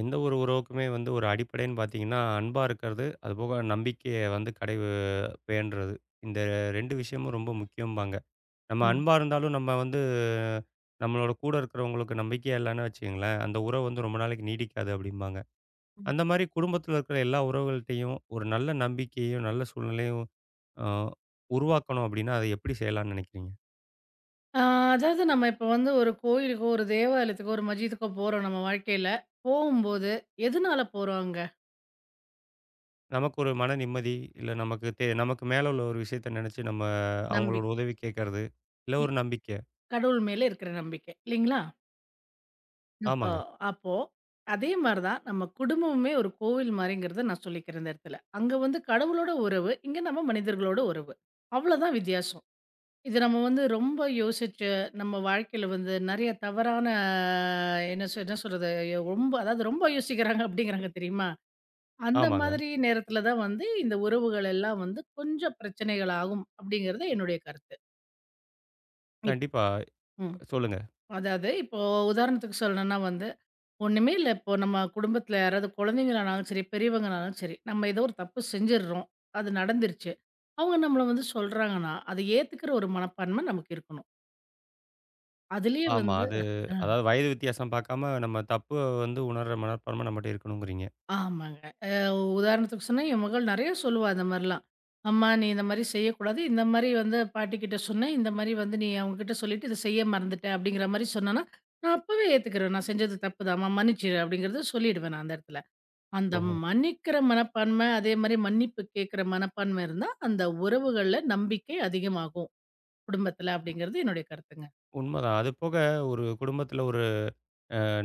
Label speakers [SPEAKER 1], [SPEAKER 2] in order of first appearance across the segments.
[SPEAKER 1] எந்த ஒரு உறவுக்குமே வந்து ஒரு அடிப்படைன்னு பார்த்தீங்கன்னா, அன்பா இருக்கிறது, அதுபோக நம்பிக்கைய வந்து கடை வேண்டுறது. இந்த 2 விஷயமும் ரொம்ப முக்கியம்பாங்க. நம்ம
[SPEAKER 2] ம்,
[SPEAKER 1] அன்பா இருந்தாலும் நம்ம வந்து நம்மளோட கூட இருக்கிறவங்களுக்கு நம்பிக்கையா இல்லன்னு வச்சுக்கங்களேன், அந்த உறவு வந்து ரொம்ப நாளைக்கு நீடிக்காது அப்டிம்பாங்க.
[SPEAKER 2] ம்.
[SPEAKER 1] அந்த மாரி குடும்பத்தில இருக்கிற எல்லா உறவுகள்ட்டயும் ஒரு நல்ல நம்பிக்கையும், நல்ல சூழ்நிலையும் அ உருவாக்கணும் அப்டின்னா, அத எப்டி செய்யலான்னு நெனைக்கிறீங்க?
[SPEAKER 2] ஆ, அதாவது நம்ம இப்போ வந்து ஒரு கோயிலுக்கோ, ஒரு தேவாலயத்துக்கோ, ஒரு மஜீதுக்கோ போறோம் நம்ம வாழ்க்கையில. போகும்போது எதுனால போறோம் அங்க?
[SPEAKER 1] நமக்கு ஒரு மன நிம்மதி, இல்ல நமக்கு மேல உள்ள ஒரு விஷயத்த நெனச்சு நம்ம அவங்களோட
[SPEAKER 2] நம்பிக்
[SPEAKER 1] உதவி கேட்கறது, இல்ல
[SPEAKER 2] இ
[SPEAKER 1] ஒரு நம்பிக்கை.
[SPEAKER 2] கடவுள் மேல இருக்கிற நம்பிக்கை. இல்லைங்களா? அப்போ
[SPEAKER 1] ஆமாங்க.
[SPEAKER 2] அப்போ அதே மாரி தான் நம்ம குடும்பமுமே ஒரு கோவில் மாரிங்கிறத நான் சொல்லிக்கிறேன் இந்த இடத்துல. அங்க வந்து கடவுளோட உறவு, இங்க நம்ம மனிதர்களோட உறவு. அவ்வளோதான் வித்தியாசம். இது நம்ம வந்து ரொம்ப யோசிச்சு, நம்ம வாழ்க்கையில வந்து நெறைய தவறான என்ன சொல்றது? ரொம்ப அதாவது ரொம்ப யோசிக்கிறாங்க அப்படிங்கிறாங்க தெரியுமா? அந்த
[SPEAKER 1] ஆமாங்க.
[SPEAKER 2] மாதிரி நேரத்துல தான் வந்து இந்த உறவுகள் எல்லாம் வந்து கொஞ்சம் பிரச்சனைகள் ஆகும் அப்படிங்கிறது என்னுடைய கருத்து. இப்
[SPEAKER 1] கண்டிப்பா.
[SPEAKER 2] ம்.
[SPEAKER 1] சொல்லுங்க.
[SPEAKER 2] அதாவது இப்போ உதாரணத்துக்கு சொல்லணும்னா வந்து, ஒண்ணுமே இல்ல இப்போ நம்ம குடும்பத்துல யாராவது குழந்தைங்களானாலும் சரி, பெரியவங்கனாலும் சரி, நம்ம ஏதோ ஒரு தப்பு செஞ்சுடுறோம். அது நடந்துருச்சு. அவங்க நம்மள வந்து சொல்றாங்கன்னா, அதை ஏத்துக்கிற ஒரு மனப்பான்மை நமக்கு இருக்கணும். அதுலயே
[SPEAKER 1] ஆமா.
[SPEAKER 2] வந்து.
[SPEAKER 1] அதாவது வயது வித்தியாசம் பார்க்காம நம்ம தப்பு வந்து உணர்ற மனப்பான்மை நம்மட்ட இருக்கணுங்கிறீங்க.
[SPEAKER 2] ஆமாங்க. அ உதாரணத்துக்கு சொன்னா, என் மகள் நெறைய சொல்லுவா இந்த மாரிலாம். "அம்மா நீ இந்த மாரி செய்யக்கூடாது. இந்த மாரி வந்து பாட்டிக்கிட்ட சொன்னேன். இந்த மாரி வந்து நீ அவங்ககிட்ட சொல்லிட்டு இத செய்ய மறந்துட்ட." அப்படிங்கிற மாரி சொன்னான்னா, நான் அப்பவே ஏத்துக்கிறேன். நான் செஞ்சது தப்புதாம்மா, மன்னிச்சிரு அப்படிங்கிறத சொல்லிடுவேன் நான் அந்த இடத்துல. அந்த
[SPEAKER 1] ஓஹோ!
[SPEAKER 2] மன்னிக்கிற மனப்பான்மை, அதே மாரி மன்னிப்பு கேட்கிற மனப்பான்மை இருந்தா, அந்த உறவுகள்ல நம்பிக்கை அதிகமாகும். குடும்பத்துல அப்படிங்கிறது என்னுடைய கருத்துங்க.
[SPEAKER 1] உண்மதான். அது போக ஒரு குடும்பத்தில ஒரு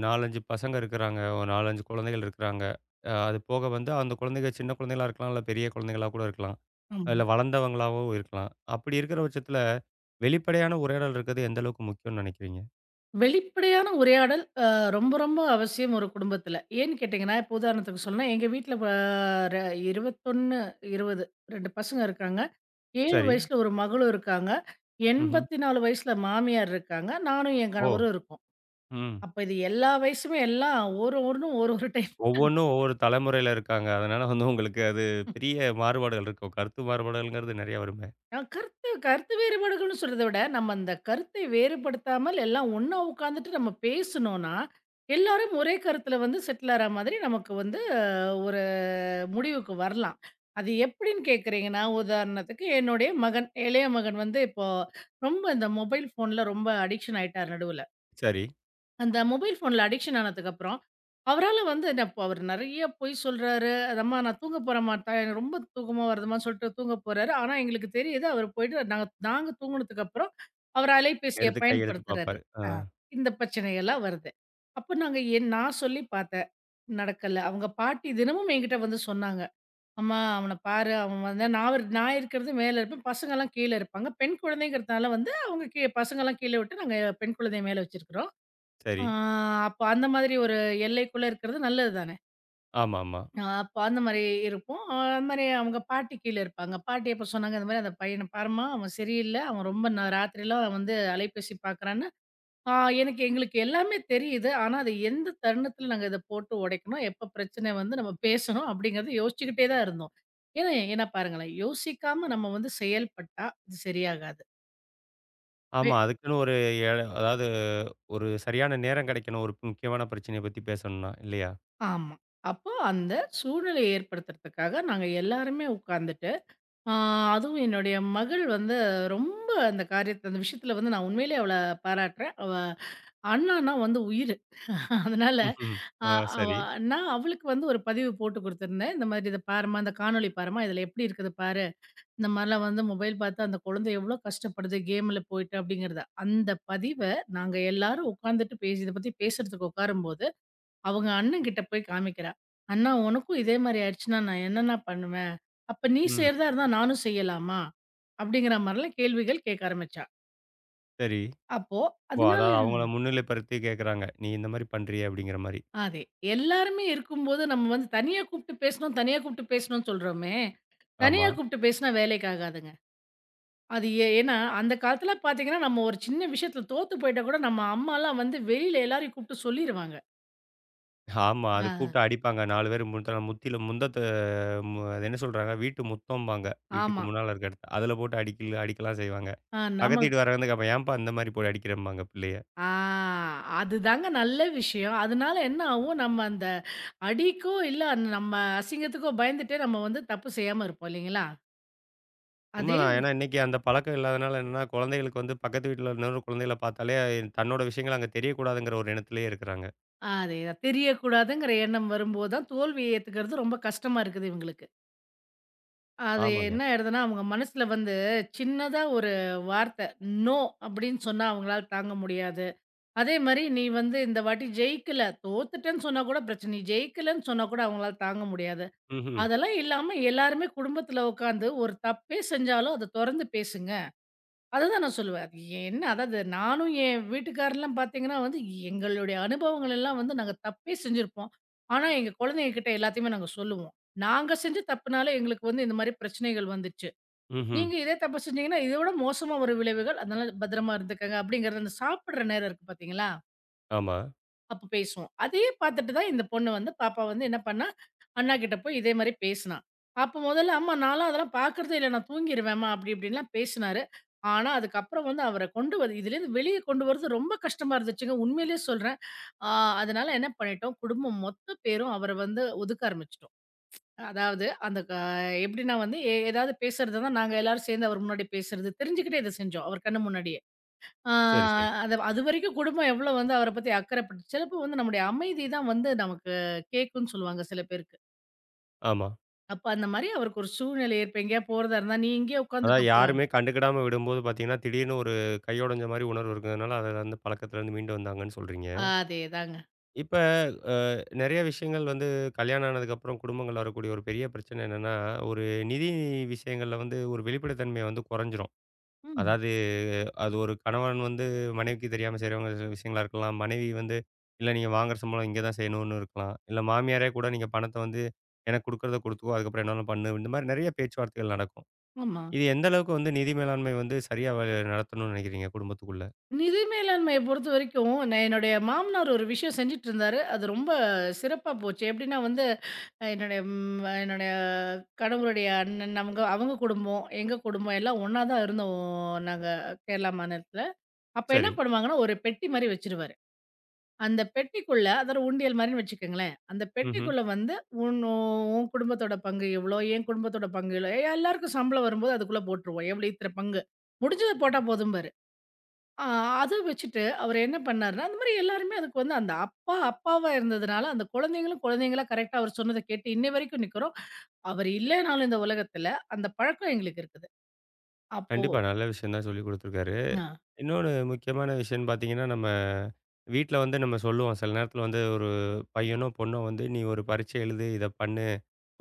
[SPEAKER 1] 4, 5 பசங்க இருக்கிறாங்க. ஒரு 4, 5 குழந்தைகள் இருக்கிறாங்க. அது போக வந்து அந்த குழந்தைங்க சின்ன குழந்தைகளா இருக்கலாம், இல்ல பெரிய குழந்தைகளா கூட இருக்கலாம்.
[SPEAKER 2] ஆமா.
[SPEAKER 1] இல்ல வளர்ந்தவங்களாவும் இருக்கலாம். அப்படி இருக்கிற பட்சத்தில வெளிப்படையான உரையாடல் இருக்கிறது எந்த அளவுக்கு முக்கியம்னு நினைக்கிறீங்க?
[SPEAKER 2] வெளிப்படையான உரையாடல் ரொம்ப ரொம்ப அவசியம் ஒரு குடும்பத்தில. ஏன்னு கேட்டிங்கன்னா, இப்போ உதாரணத்துக்கு சொன்னா, எங்க வீட்ல வ ர 21, 20 2 பசங்க இருக்காங்க. 7
[SPEAKER 1] சரி.
[SPEAKER 2] வயசுல ஒரு மகளும் இருக்காங்க.
[SPEAKER 1] ம்ஹ்ம்.
[SPEAKER 2] 84 வயசுல மாமியார் இருக்காங்க. நானும் என்
[SPEAKER 1] ஓ!
[SPEAKER 2] கணவரும் இருக்கோம்.
[SPEAKER 1] ம்.
[SPEAKER 2] அப்ப இது எல்லா வயசுமே எல்லாம் ஒரு ஒண்ணும் ஒரு ஒரு டைம்
[SPEAKER 1] ஒவ்வொரு தலைமுறையில இருக்காங்க. அதனால வந்து உங்களுக்கு அது பெரிய மாறுபாடுகள் இருக்கும். கருத்து மாறுபாடுகள்ங்கிறது நெறைய வருமே.
[SPEAKER 2] கருத்து கருத்து வேறுபாடுகள்னு சொல்றத விட, நம்ம அந்த கருத்தை வேறுபடுத்தாமல் எல்லாம் ஒண்ணா உட்காந்துட்டு நம்ம பேசுனோம்னா, எல்லாரும் ஒரே கருத்துல வந்து செட்டில் ஆற மாதிரி நமக்கு வந்து ஒரு முடிவுக்கு வரலாம். அது எப்படின்னு கேட்குறீங்கன்னா, உதாரணத்துக்கு என்னுடைய மகன், இளைய மகன் வந்து இப்போ ரொம்ப இந்த மொபைல் ஃபோன்ல ரொம்ப அடிக்ஷன் ஆயிட்டார் நடுவுல.
[SPEAKER 1] சரி.
[SPEAKER 2] அந்த மொபைல் ஃபோன்ல அடிக்ஷன் ஆனதுக்கப்புறம், அவரால வந்து என்ன இப்போ அவரு நெறைய பொய் சொல்றாரு. அது அம்மா நான் தூங்க போறேம்மா எனக்கு ரொம்ப தூக்கமா வருதும்மான்னு சொல்லிட்டு தூங்க போறாரு. ஆனா எங்களுக்கு தெரியுது அவரு போயிட்டு நாங்க நாங்க தூங்குனதுக்கப்புறம், அவர் அலைபேசிய
[SPEAKER 1] எடுத்து கையெடுத்து
[SPEAKER 2] பயன்படுத்துறாரு.
[SPEAKER 1] பார்ப்பாரு. ஆ
[SPEAKER 2] ஆ இந்த பிரச்சனையெல்லாம் வருது. அப்ப நாங்க என் நான் சொல்லி பார்த்தேன். நடக்கல. அவங்க பாட்டி தினமும் என்கிட்ட வந்து சொன்னாங்க. "அம்மா அவன பாரு. அவன் வந்து நான் இருக்கிறது மேல இருப்பேன். பசங்கலாம் கீழ இருப்பாங்க." பெண் குழந்தைங்கிறதுனால வந்து அவங்க கீழ பசங்கலாம் கீழ விட்டு நாங்க பெண் குழந்தைய மேல வச்சிருக்கிறோம்.
[SPEAKER 1] சரி.
[SPEAKER 2] ஆ அப்ப அந்த மாதிரி ஒரு எல்லைக்குள்ள இருக்கிறது நல்லது தானே!
[SPEAKER 1] ஆமாமா. ஆமா.
[SPEAKER 2] அப்ப அந்த மாரி இருப்போம். அந்த மாரி அவங்க பாட்டி கீழ இருப்பாங்க. பாட்டி அப்ப சொன்னாங்க, "இந்த மாரி அந்த பையன பாரும்மா, அவன் சரியில்ல. அவன் ரொம்ப ராத்திரிலாம் வந்து அலைபேசி பார்க்குறான்னு." ஆ எங்களுக்கு எல்லாமே தெரியுது. ஆனா, அது எந்த தருணத்துல நாங்க இத போட்டு உடைக்கணும், எப்ப பிரச்சனை வந்து நம்ம பேசணும் அப்படிங்கிறத யோசிச்சுக்கிட்டே தான் இருந்தோம். ஏன்னா ஏன்னா பாருங்களேன், யோசிக்காம நம்ம வந்து செயல்பட்டா இது சரியாகாது. வே
[SPEAKER 1] ஆமா, அதுக்குன்னு ஒரு, எ அதாவது ஒரு சரியான நேரம் கிடைக்கணும். ஒரு முக்கியமான பிரச்சனைய பத்தி பேசணும்னா, இல்லையா?
[SPEAKER 2] ஆமா. அப்போ அந்த சூழ்நிலைய ஏற்படுத்துறதுக்காக நாங்க எல்லாருமே உட்கார்ந்துட்டு, ஆ, அதுவும் என்னுடைய மகள் வந்து ரொம்ப அந்த விஷயத்துல வந்து நான் உண்மையிலேயே அவள பாராட்டுறேன். அண்ணான்னா வந்து உயிரு. அதனால.
[SPEAKER 1] ம்ஹ்ம்.
[SPEAKER 2] அ
[SPEAKER 1] ஆ
[SPEAKER 2] அவ
[SPEAKER 1] சரி.
[SPEAKER 2] நான் அவளுக்கு வந்து ஒரு பதிவு போட்டு குடுத்துருந்தேன். இந்த மாதிரி இத பாரும்மா, இந்த காணொளி பாரும்மா, இதுல எப்படி இருக்குது பாரு. இந்த மாரிலாம் வந்து மொபைல் பார்த்து அந்த குழந்தை எவ்வளோ கஷ்டப்படுது கேம்ல போயிட்டு அப்படிங்கிறத. அந்த பதிவ நாங்க எல்லாரும் உட்காந்துட்டு பேசி இத பத்தி பேசுறதுக்கு உட்காரும்போது அவங்க அண்ணன் கிட்ட போய் காமிக்கிறா. "அண்ணா உனக்கும் இதே மாரி ஆயிடுச்சுன்னா நான் என்னண்ணா பண்ணுவேன்? அப்ப நீ
[SPEAKER 1] ம்.
[SPEAKER 2] செய்றதா இருந்தா நானும் செய்யலாமா?" அப்படிங்கிற மாரிலாம் கேள்விகள் கேட்க ஆரம்பிச்சா.
[SPEAKER 1] சரி.
[SPEAKER 2] அப்போ
[SPEAKER 1] ஓ!
[SPEAKER 2] அதனால
[SPEAKER 1] அதாவது அவங்கள முன்னிலைப்படுத்தி கேட்குறாங்க. "நீ இந்த மாரி பண்றியே" அப்படிங்கிற மாரி.
[SPEAKER 2] அதே. எல்லாருமே இருக்கும்போது நம்ம வந்து தனியா கூப்ட்டு பேசணும், தனியா கூப்ட்டு பேசணும்னு சொல்றோமே.
[SPEAKER 1] ஆமா.
[SPEAKER 2] தனியா கூப்ட்டு பேசினா வேலைக்கு ஆகாதுங்க. அது ஏன்னா அந்த காலத்துல பார்த்தீங்கன்னா, நம்ம ஒரு சின்ன விஷயத்துல தோத்து போயிட்டா கூட நம்ம அம்மாலாம் வந்து வெளியில எல்லாரையும் கூப்ட்டு சொல்லிருவாங்க.
[SPEAKER 1] ஆமா. அது
[SPEAKER 2] ஆ.
[SPEAKER 1] கூப்பிட்டா அடிப்பாங்க. 4 பேர் முத்தன முத்தில முந்த அது என்ன சொல்றாங்க? வீட்டு முத்தம்பாங்க. வீட்டுக்கு
[SPEAKER 2] ஆமா.
[SPEAKER 1] முன்னால இருக்க இடத்த. அதுல போட்டு அடிக்கல அடிக்கலாம் செய்வாங்க.
[SPEAKER 2] ஆ நம்ம
[SPEAKER 1] பக்கத்து வீட்டு வர்றவங்க வந்து கேட்பான், "ஏன்பா இந்த மாரி போட்டு அடிக்கிறம்பாங்க பிள்ளைய."
[SPEAKER 2] ஆ அதுதாங்க நல்ல விஷயம். அதனால என்ன ஆகும், நம்ம அந்த அடிக்கோ, இல்ல அந்த நம்ம அசிங்கத்துக்கோ பயந்துட்டே நம்ம வந்து தப்பு செய்யாம இருப்போம் இல்லைங்களா? அதே
[SPEAKER 1] உண்மதான். ஏன்னா இன்னைக்கு அந்த பழக்கம் இல்லாதனால என்னன்னா, குழந்தைகளுக்கு வந்து பக்கத்து வீட்ல இன்னொரு குழந்தைகள பார்த்தாலே, தன்னோட விஷயங்கள் அங்க தெரியக்கூடாதுங்கிற ஒரு எண்ணத்திலேயே இருக்கிறாங்க.
[SPEAKER 2] அதேதான். தெரியக்கூடாதுங்கிற எண்ணம் வரும்போது தான் தோல்விய ஏத்துக்கிறது ரொம்ப கஷ்டமா இருக்குது இவங்களுக்கு. அது
[SPEAKER 1] ஆமாங்க.
[SPEAKER 2] என்ன ஆயிடுதுன்னா, அவங்க மனசுல வந்து சின்னதா ஒரு வார்த்தை, "நோ" அப்படின்னு சொன்னா அவங்களால தாங்க முடியாது. அதே மாரி நீ வந்து இந்த வாட்டி ஜெயிக்கல, தோத்துட்டேன்னு சொன்னா கூட பிரச்சனை, நீ ஜெயிக்கலன்னு சொன்னா கூட அவங்களால தாங்க முடியாது.
[SPEAKER 1] ம்ஹ்ம்.
[SPEAKER 2] அதெல்லாம் இல்லாம எல்லாருமே குடும்பத்துல உட்காந்து ஒரு தப்பே செஞ்சாலும் அத தொறந்து பேசுங்க. அதுதான் நான் சொல்லுவேன். அது என்ன அதாவது நானும் என் வீட்டுக்காரர்லாம் பார்த்தீங்கன்னா வந்து, எங்களுடைய அனுபவங்கள் எல்லாம் வந்து நாங்க தப்பே செஞ்சிருப்போம். ஆனா எங்க குழந்தைங்க கிட்ட எல்லாத்தையுமே நாங்க சொல்லுவோம். நாங்க செஞ்ச தப்புனால எங்களுக்கு வந்து இந்த மாரி பிரச்சனைகள் வந்துச்சு.
[SPEAKER 1] ம்ஹ்ம்.
[SPEAKER 2] நீங்க இதே தப்பு செஞ்சீங்கன்னா, இத விட மோசமா வரும் விளைவுகள். அதனால பத்திரமா இருந்துக்கங்க. அப்படிங்கிறது அந்த சாப்பிடுற நேரம் இருக்கு பார்த்தீங்களா?
[SPEAKER 1] ஆமா.
[SPEAKER 2] அப்ப பேசுவோம். அதையே பார்த்துட்டு தான் இந்த பொண்ணு வந்து பாப்பா வந்து என்ன பண்ணா, அண்ணா கிட்ட போய் இதே மாரி பேசுனா. அப்ப முதல்ல "அம்மா நான்லாம் அதெல்லாம் பார்க்கிறதே இல்ல. நான் தூங்கிருவேன்ம்மா" அப்படி இப்படின்லாம் பேசினாரு. ஆனா, அதுக்கப்புறம் வந்து அவர கொண்டு வந்து இதுலேருந்து வெளிய கொண்டு வரது ரொம்ப கஷ்டமா இருந்துச்சுங்க. உண்மையிலேயே சொல்றேன். ஆ அதனால என்ன பண்ணிட்டோம், குடும்பம் மொத்த பேரும் அவர வந்து ஒதுக்க ஆரம்பிச்சுட்டோம். அதாவது அந்த க எப்படின்னா வந்து ஏதாவது பேசுறதுன்னா, நாங்க எல்லாரும் சேர்ந்து அவர் முன்னாடி பேசுறது, தெரிஞ்சுக்கிட்டே இத செஞ்சோம். அவர் கண்ணு முன்னாடியே. ஆ
[SPEAKER 1] சரி, சரி.
[SPEAKER 2] அதுவரைக்கும் குடும்பம் எவ்வளோ வந்து அவர பத்தி அக்கறைப்பட்டு சிலப்போ வந்து நம்முடைய அமைதி தான் வந்து நமக்கு கேட்கும்னு சொல்லுவாங்க சில பேருக்கு.
[SPEAKER 1] ஆமா.
[SPEAKER 2] அப்ப அந்த மாரி அவருக்கு ஒரு சூழ்நிலை ஏற்ப எங்கேயா போறதா இருந்தா, "நீ இங்கேயே
[SPEAKER 1] அதாவது
[SPEAKER 2] உட்காந்துக்கப்பா".
[SPEAKER 1] யாருமே கண்டுக்கிடாம விடும்போது பார்த்தீங்கன்னா, திடீர்னு ஒரு கையோடஞ்ச மாரி உணர்வு இருக்கிறதுனால, அதுல இருந்து பழக்கத்துலருந்து மீண்டு வந்தாங்கன்னு சொல்றீங்க.
[SPEAKER 2] அதேதாங்க.
[SPEAKER 1] இப்ப அ நெறைய விஷயங்கள் வந்து கல்யாணம் ஆனதுக்கப்புறம் குடும்பங்கள்ல வரக்கூடிய ஒரு பெரிய பிரச்சனை என்னன்னா, ஒரு நிதி விஷயங்கள்ல வந்து ஒரு வெளிப்படைத்தன்மை வந்து குறைஞ்சிரும்.
[SPEAKER 2] ம்.
[SPEAKER 1] அதாவது அது ஒரு கணவன் வந்து மனைவிக்கு தெரியாம செய்றவங்க சில விஷயங்களா இருக்கலாம். மனைவி வந்து, "இல்ல நீங்க வாங்குற சம்பளம் இங்க தான் செய்யணும்னு" இருக்கலாம். இல்ல மாமியாரே கூட, "நீங்க பணத்த வந்து எனக்கு குடுக்குறத குடுத்துக்கோ. அதுக்கப்புறம் என்னாலும் பண்ணு." இந்த மாரி நெறைய பேச்சுவார்த்தைகள் நடக்கும்.
[SPEAKER 2] ஆமா.
[SPEAKER 1] இது எந்த அளவுக்கு வந்து நிதி மேலாண்மை வந்து சரியா நடத்தணும்னு நெனைக்கிறீங்க குடும்பத்துக்குள்ள?
[SPEAKER 2] நிதி மேலாண்மைய பொறுத்தவரைக்கும், நான் என்னுடைய மாமனார் ஒரு விஷயம் செஞ்சுட்டுருந்தாரு. அது ரொம்ப சிறப்பா போச்சு. எப்படின்னா வந்து, என்னுடைய என்னுடைய கணவருடைய அண்ணன், அவங்க அவங்க குடும்பம், எங்க குடும்பம் எல்லாம் ஒண்ணா தான் இருந்தோம் நாங்க கேரளா மாநிலத்தில. அப்ப என்ன
[SPEAKER 1] சரி.
[SPEAKER 2] பண்ணுவாங்கன்னா, ஒரு பெட்டி மாரி வச்சுருவாரு. அந்த பெட்டிக்குள்ள அது ஒரு உண்டியல் மாரின்னு வச்சுக்கங்களேன். அந்த
[SPEAKER 1] ம்ஹ்ம்.
[SPEAKER 2] பெட்டிக்குள்ள வந்து உன் உன் குடும்பத்தோட பங்கு இவ்ளோ, என் குடும்பத்தோட பங்கு இவ்ளோ, எல்லாருக்கும் சம்பளம் வரும்போது அதுக்குள்ள போட்டுருவோம். எவ்வளோ இத்தன பங்கு. முடிஞ்சத போட்டா போதும்பாரு. அ அத வச்சுட்டு அவரு என்ன பண்ணாருன்னா, அந்த மாரி எல்லாருமே அதுக்கு வந்து அந்த அப்பா அப்பாவா இருந்ததுனால, அந்த குழந்தைங்களும் குழந்தைங்களா கரெக்ட்டா அவர் சொன்னத கேட்டு இன்னை வரைக்கும் நிக்கிறோம். அவர் இல்லைனாலும் இந்த உலகத்துல அந்த பழக்கம் எங்களுக்கு இருக்குது. அப்போ
[SPEAKER 1] கண்டிப்பா. நல்ல விஷயம் தான் சொல்லிக் குடுத்துருக்காரு.
[SPEAKER 2] ஆ.
[SPEAKER 1] இன்னொன்னு முக்கியமான விஷயம்னு பார்த்தீங்கன்னா, நம்ம வீட்ல வந்து நம்ம சொல்லுவோம். சில நேரத்தில வந்து ஒரு பையனோ, பொண்ணோ வந்து, "நீ ஒரு பரீட்சை எழுது, இத பண்ணு.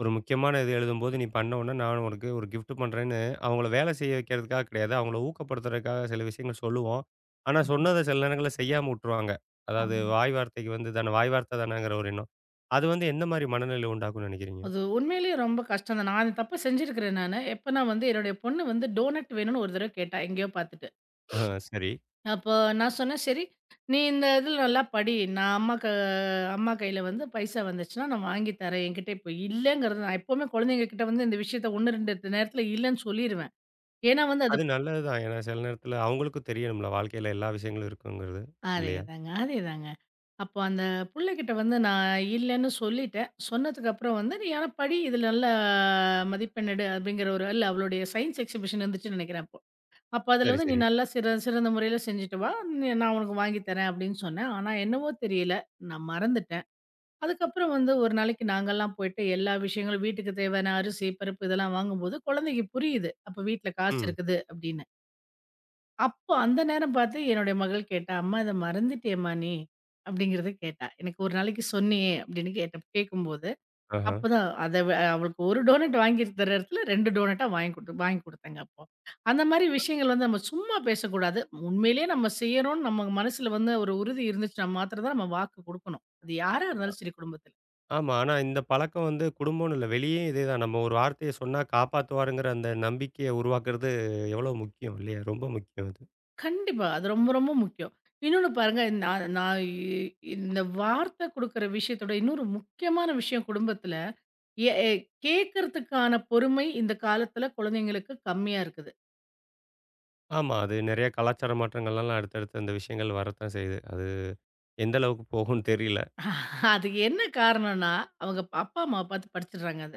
[SPEAKER 1] ஒரு முக்கியமான இது எழுதும்போது நீ பண்ண உடனே நான் உனக்கு ஒரு கிஃப்ட் பண்றேன்னு" அவங்கள வேலை செய்ய வைக்கிறதுக்காக கிடையாது. அவங்கள ஊக்கப்படுத்துறதுக்காக சில விஷயங்கள் சொல்லுவோம். ஆனா,
[SPEAKER 2] ம்ஹ்ம்.
[SPEAKER 1] சொன்னத சில நேரங்கள்ல செய்யாம உட்டுருவாங்க. அதாவது
[SPEAKER 2] ஆமாங்க.
[SPEAKER 1] வாய் வார்த்தைக்கு வந்து தானே வாய் வார்த்தை தானேங்கிற ஒரு எண்ணம். அது வந்து எந்த மாரி மனநிலை உண்டாக்கும்னு நினைக்கிறீங்க?
[SPEAKER 2] அது உண்மையிலேயே ரொம்ப கஷ்டம் தான். நான் தப்பு செஞ்சிருக்கிறேன் நானு. எப்பன்னா வந்து என்னுடைய பொண்ணு வந்து டோனட் வேணும்னு ஒரு தடவ கேட்டா, எங்கேயோ பார்த்துட்டு.
[SPEAKER 1] ஆ சரி.
[SPEAKER 2] அப்போ நான் சொன்னேன், "சரி, நீ இந்த இதுல நல்லா படி. நான் அம்மா க அம்மா கையில வந்து பைசா வந்துச்சுன்னா, நான் வாங்கி தரேன். என்கிட்ட இப்போ இல்லைங்கிறது". நான் எப்பவுமே குழந்தைங்க கிட்ட வந்து இந்த விஷயத்த 1, 2 நேரத்துல இல்லைன்னு சொல்லிருவேன். ஏன்னா வந்து அது.
[SPEAKER 1] அது நல்லது தான். ஏன்னா சில நேரத்தில அவங்களுக்கும் தெரியணும்ல, வாழ்க்கையில எல்லா விஷயங்களும் இருக்குங்கிறது. இல்லையா?
[SPEAKER 2] அதேதாங்க, அதேதாங்க. அப்போ அந்த புள்ளைகிட்ட வந்து நான் இல்லைன்னு சொல்லிட்டேன். சொன்னதுக்கப்புறம் வந்து, "நீ ஆனா படி, இதுல நல்லா மதிப்பெண் எடு" அப்படிங்கிற ஒரு இல்ல அவளுடைய சயன்ஸ் எக்ஸிபிஷன் இருந்துச்சுன்னு நெனைக்கிறேன். அப்ப அதுல
[SPEAKER 1] சரி,
[SPEAKER 2] வந்து, "நீ
[SPEAKER 1] சரி.
[SPEAKER 2] நல்லா சிறந்த முறையில செஞ்சுட்டு வா. நான் உனக்கு வாங்கி தரேன்" அப்படின்னு சொன்னேன். ஆனா என்னவோ தெரியல, நான் மறந்துட்டேன். அதுக்கப்புறம் வந்து ஒரு நாளைக்கு நாங்கலாம் போயிட்டு எல்லா விஷயங்களும் வீட்டுக்கு தேவையான அரிசி, பருப்பு இதெல்லாம் வாங்கும்போது குழந்தைக்கு புரியுது. அப்ப வீட்ல காசு
[SPEAKER 1] ம்.
[SPEAKER 2] இருக்குது அப்படின்னு. அப்போ அந்த நேரம் பார்த்து என்னுடைய மகள் கேட்டா, "அம்மா இத மறந்துட்டியேம்மா நீ?" அப்படிங்கிறத கேட்டா. "எனக்கு ஒரு நாளைக்கு சொன்னியே" அப்படின்னு கேட்கும்போது
[SPEAKER 1] ஆஹா.
[SPEAKER 2] அப்பதான் அத வ அவளுக்கு 1 டோனட் வாங்கி தர இடத்துல 2 டோனட்டா வாங்கி குடுத்தேங்க அப்போ. அந்த மாரி விஷயங்கள் வந்து நம்ம சும்மா பேசக்கூடாது. உண்மையிலேயே நம்ம செய்யறோம்னு நம்ம மனசுல வந்து ஒரு உறுதி இருந்துச்சுன்னா மாத்திரம் தான் நம்ம வாக்கு குடுக்கணும். அது யாரா இருந்தாலும் சரி குடும்பத்தில.
[SPEAKER 1] ஆமா. ஆனா இந்த பழக்கம் வந்து குடும்பம்னு இல்ல. வெளியே இதேதான். நம்ம ஒரு வார்த்தைய சொன்னா காப்பாத்துவாருங்கிற அந்த நம்பிக்கைய உருவாக்குறது எவ்வளோ முக்கியம் இல்லையா? ரொம்ப முக்கியம் அது.
[SPEAKER 2] கண்டிப்பா. அது ரொம்ப ரொம்ப முக்கியம். இன்னொன்னு பாருங்க, நான் நான் இ இந்த வார்த்தை குடுக்குற விஷயத்தோட இன்னொரு முக்கியமான விஷயம் குடும்பத்தில, எ எ கேட்கறதுக்கான பொறுமை இந்த காலத்தில குழந்தைங்களுக்கு கம்மியா இருக்குது.
[SPEAKER 1] ஆமா. அது நெறைய கலாச்சார மாற்றங்கள்லாம் அடுத்தடுத்து அந்த விஷயங்கள் வரத்தான் செய்யுது. அது எந்த அளவுக்கு போகும்னு தெரியல.
[SPEAKER 2] அதுக்கு என்ன காரணம்னா, அவங்க அப்பா, அம்மாவ பார்த்து படிச்சுடுறாங்க அத.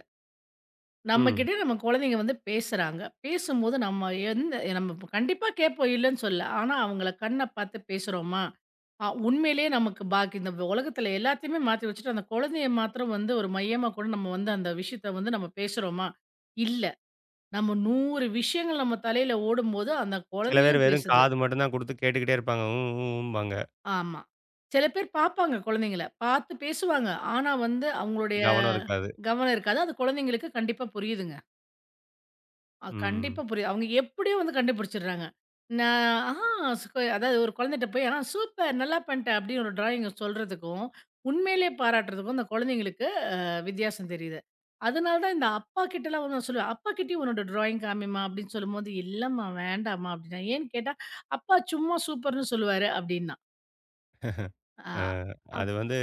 [SPEAKER 1] ம்.
[SPEAKER 2] நம்மகிட்ட நம்ம குழந்தைங்க வந்து பேசுறாங்க. பேசும்போது நம்ம கண்டிப்பா கேட்போம், இல்லன்னு சொல்லல. ஆனா அவங்கள கண்ண பார்த்து பேசுறோமா, உண்மையிலேயே நமக்கு பாக்கி இந்த உலகத்தில எல்லாத்தையுமே மாத்தி வச்சுட்டு, அந்த குழந்தைய மாத்திரம் வந்து ஒரு மையமா கூட நம்ம வந்து அந்த விஷயத்த வந்து நம்ம பேசுறோமா? இல்ல. நம்ம 100 விஷயங்கள் நம்ம தலையில ஓடும்போது, அந்த
[SPEAKER 1] சில பேர்
[SPEAKER 2] குழந்தையும்
[SPEAKER 1] வெறும்
[SPEAKER 2] பேசுது.
[SPEAKER 1] காது மட்டும் தான் குடுத்து கேட்டுக்கிட்டே இருப்பாங்க. ஊ ஊ ஊம்பாங்க.
[SPEAKER 2] ஆமா. சில பேர் பாப்பாங்க குழந்தைங்கள. பாத்து பேசுவாங்க. ஆனா வந்து அவங்களுடைய
[SPEAKER 1] கவனம் இருக்காது.
[SPEAKER 2] கவனம் இருக்காது. அது குழந்தைங்களுக்கு கண்டிப்பா புரியுதுங்க.
[SPEAKER 1] ம்.
[SPEAKER 2] கண்டிப்பா புரியுது. அவங்க எப்படியோ வந்து கண்டுபிடிச்சுடுறாங்க. நான் ஆ ஸ்கொ அதாவது ஒரு குழந்தைட்ட போய் "ஆ சூப்பர்! நல்லா பண்ணிட்ட" அப்படின்னு ஒரு டிராயிங்க சொல்றதுக்கும், உண்மையிலேயே பாராட்டுறதுக்கும் அந்த குழந்தைங்களுக்கு வித்தியாசம் தெரியுது. அதனால தான் இந்த அப்பா கிட்டலாம் வந்து நான் சொல்லுவேன், "அப்பா கிட்டயும் உன்னோட டிராயிங் காமிம்மா" அப்படின்னு சொல்லும்போது, "இல்லம்மா வேண்டாம்மா" அப்படின்னா. ஏன்னு கேட்டா, "அப்பா சும்மா சூப்பர்ன்னு சொல்லுவாரு" அப்படின்னா.
[SPEAKER 1] அ
[SPEAKER 2] ஆ.
[SPEAKER 1] அது வந்து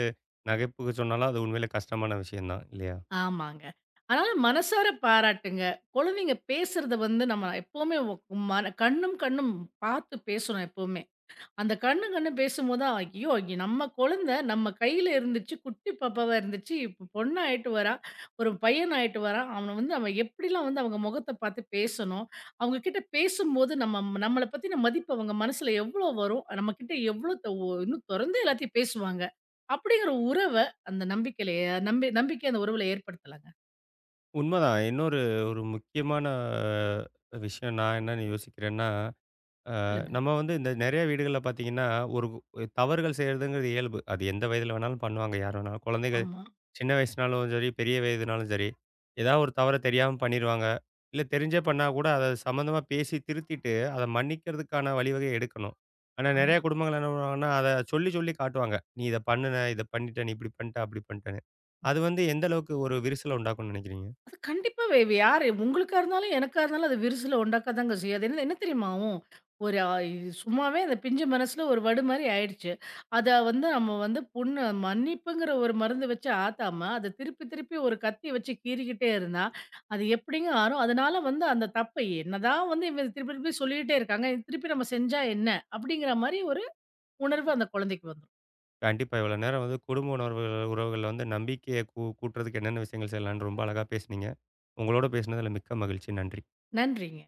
[SPEAKER 1] நகைப்புக்கு சொன்னாலும் அது உண்மையிலே கஷ்டமான விஷயம் தான் இல்லையா?
[SPEAKER 2] ஆமாங்க. அதனால மனசார பாராட்டுங்க. குழந்தைங்க பேசுறத வந்து நம்ம எப்பவுமே மன கண்ணும் கண்ணும் பார்த்து பேசணும் எப்பவுமே. அந்த கண்ணு கண்ணு பேசும்போது தான், ஐயோ! நம்ம குழந்தை நம்ம கையில இருந்துச்சு, குட்டி பாப்பாவா இருந்துச்சு. இப்போ பொண்ணாயிட்டு வரா, ஒரு பையனாயிட்டு வரான். அவன் எப்படிலாம் வந்து அவங்க முகத்த பார்த்து பேசணும், அவங்க கிட்ட பேசும்போது நம்ம நம்மள பத்தின மதிப்பு அவங்க மனசுல எவ்வளோ வரும், நம்மகிட்ட எவ்வளோ த ஒ இன்னும் தொறந்து எல்லாத்தையும் பேசுவாங்க. அப்படிங்கிற உறவ அந்த நம்பிக்கையில நம்பிக்கை அந்த உறவுல ஏற்படுத்தலாங்க.
[SPEAKER 1] உண்மதான். இன்னொரு ஒரு முக்கியமான விஷயம் நான் என்னன்னு யோசிக்கிறேன்னா
[SPEAKER 2] சொல்லுங்க.
[SPEAKER 1] நம்ம வந்து இந்த நிறைய வீடுகளில் பார்த்தீங்கன்னா ஒரு தவறுகள் செய்கிறதுங்கிறது இயல்பு. அது எந்த வயதில் வேணாலும் பண்ணுவாங்க, யார் வேணாலும், குழந்தைகள்
[SPEAKER 2] ஆமா.
[SPEAKER 1] சின்ன வயசுனாலும் சரி பெரிய வயதுனாலும் சரி, ஏதாவது ஒரு தவறை தெரியாமல் பண்ணிடுவாங்க. இல்லை தெரிஞ்சே பண்ணால் கூட அதை சம்மந்தமாக பேசி திருத்திட்டு அதை மன்னிக்கிறதுக்கான வழிவகையை எடுக்கணும். ஆனால் நிறைய குடும்பங்கள் என்ன பண்ணுவாங்கன்னா, அதை சொல்லி சொல்லி காட்டுவாங்க. "நீ இதை பண்ணுன, இதை பண்ணிட்ட, நீ இப்படி பண்ணிட்ட அப்படி பண்ணிட்டேன்னு." அது வந்து எந்த அளவுக்கு ஒரு விரிசலை உண்டாக்கும்னு நினைக்கிறீங்க?
[SPEAKER 2] அது கண்டிப்பா வேவு. யாரு உங்களுக்கா இருந்தாலும், எனக்கா இருந்தாலும் அது விரிசல உண்டாக்கதாங்க செய்யும். அது என்ன என்ன தெரியுமா ஆவும்? ஒரு அ சும்மாவே அந்த பிஞ்சு மனசுல ஒரு வடு மாரி ஆயிடுச்சு. அத வந்து நம்ம வந்து புண்ணு மன்னிப்புங்கிற ஒரு மருந்து வச்சு ஆத்தாம, அத திருப்பி திருப்பி ஒரு கத்தி வச்சு கீறிக்கிட்டே இருந்தா, அது எப்படிங்க ஆறும்? அதனால வந்து அந்த தப்ப என்னதான் வந்து இவ திருப்பி திருப்பி சொல்லிட்டே இருக்காங்க. இது திருப்பி நம்ம செஞ்சா என்ன? அப்படிங்கிற மாரி ஒரு உணர்வு அந்த குழந்தைக்கு வந்துரும்.
[SPEAKER 1] கண்டிப்பா. இவ்வளோ நேரம் வந்து குடும்ப உணர்வுகள் உறவுகள்ல வந்து நம்பிக்கைய கூட்டுறதுக்கு என்னென்ன விஷயங்கள் செய்யலாம்ன்னு ரொம்ப அழகா பேசுனீங்க. உங்களோட பேசினதுல மிக்க மகிழ்ச்சி. நன்றி.
[SPEAKER 2] நன்றிங்க.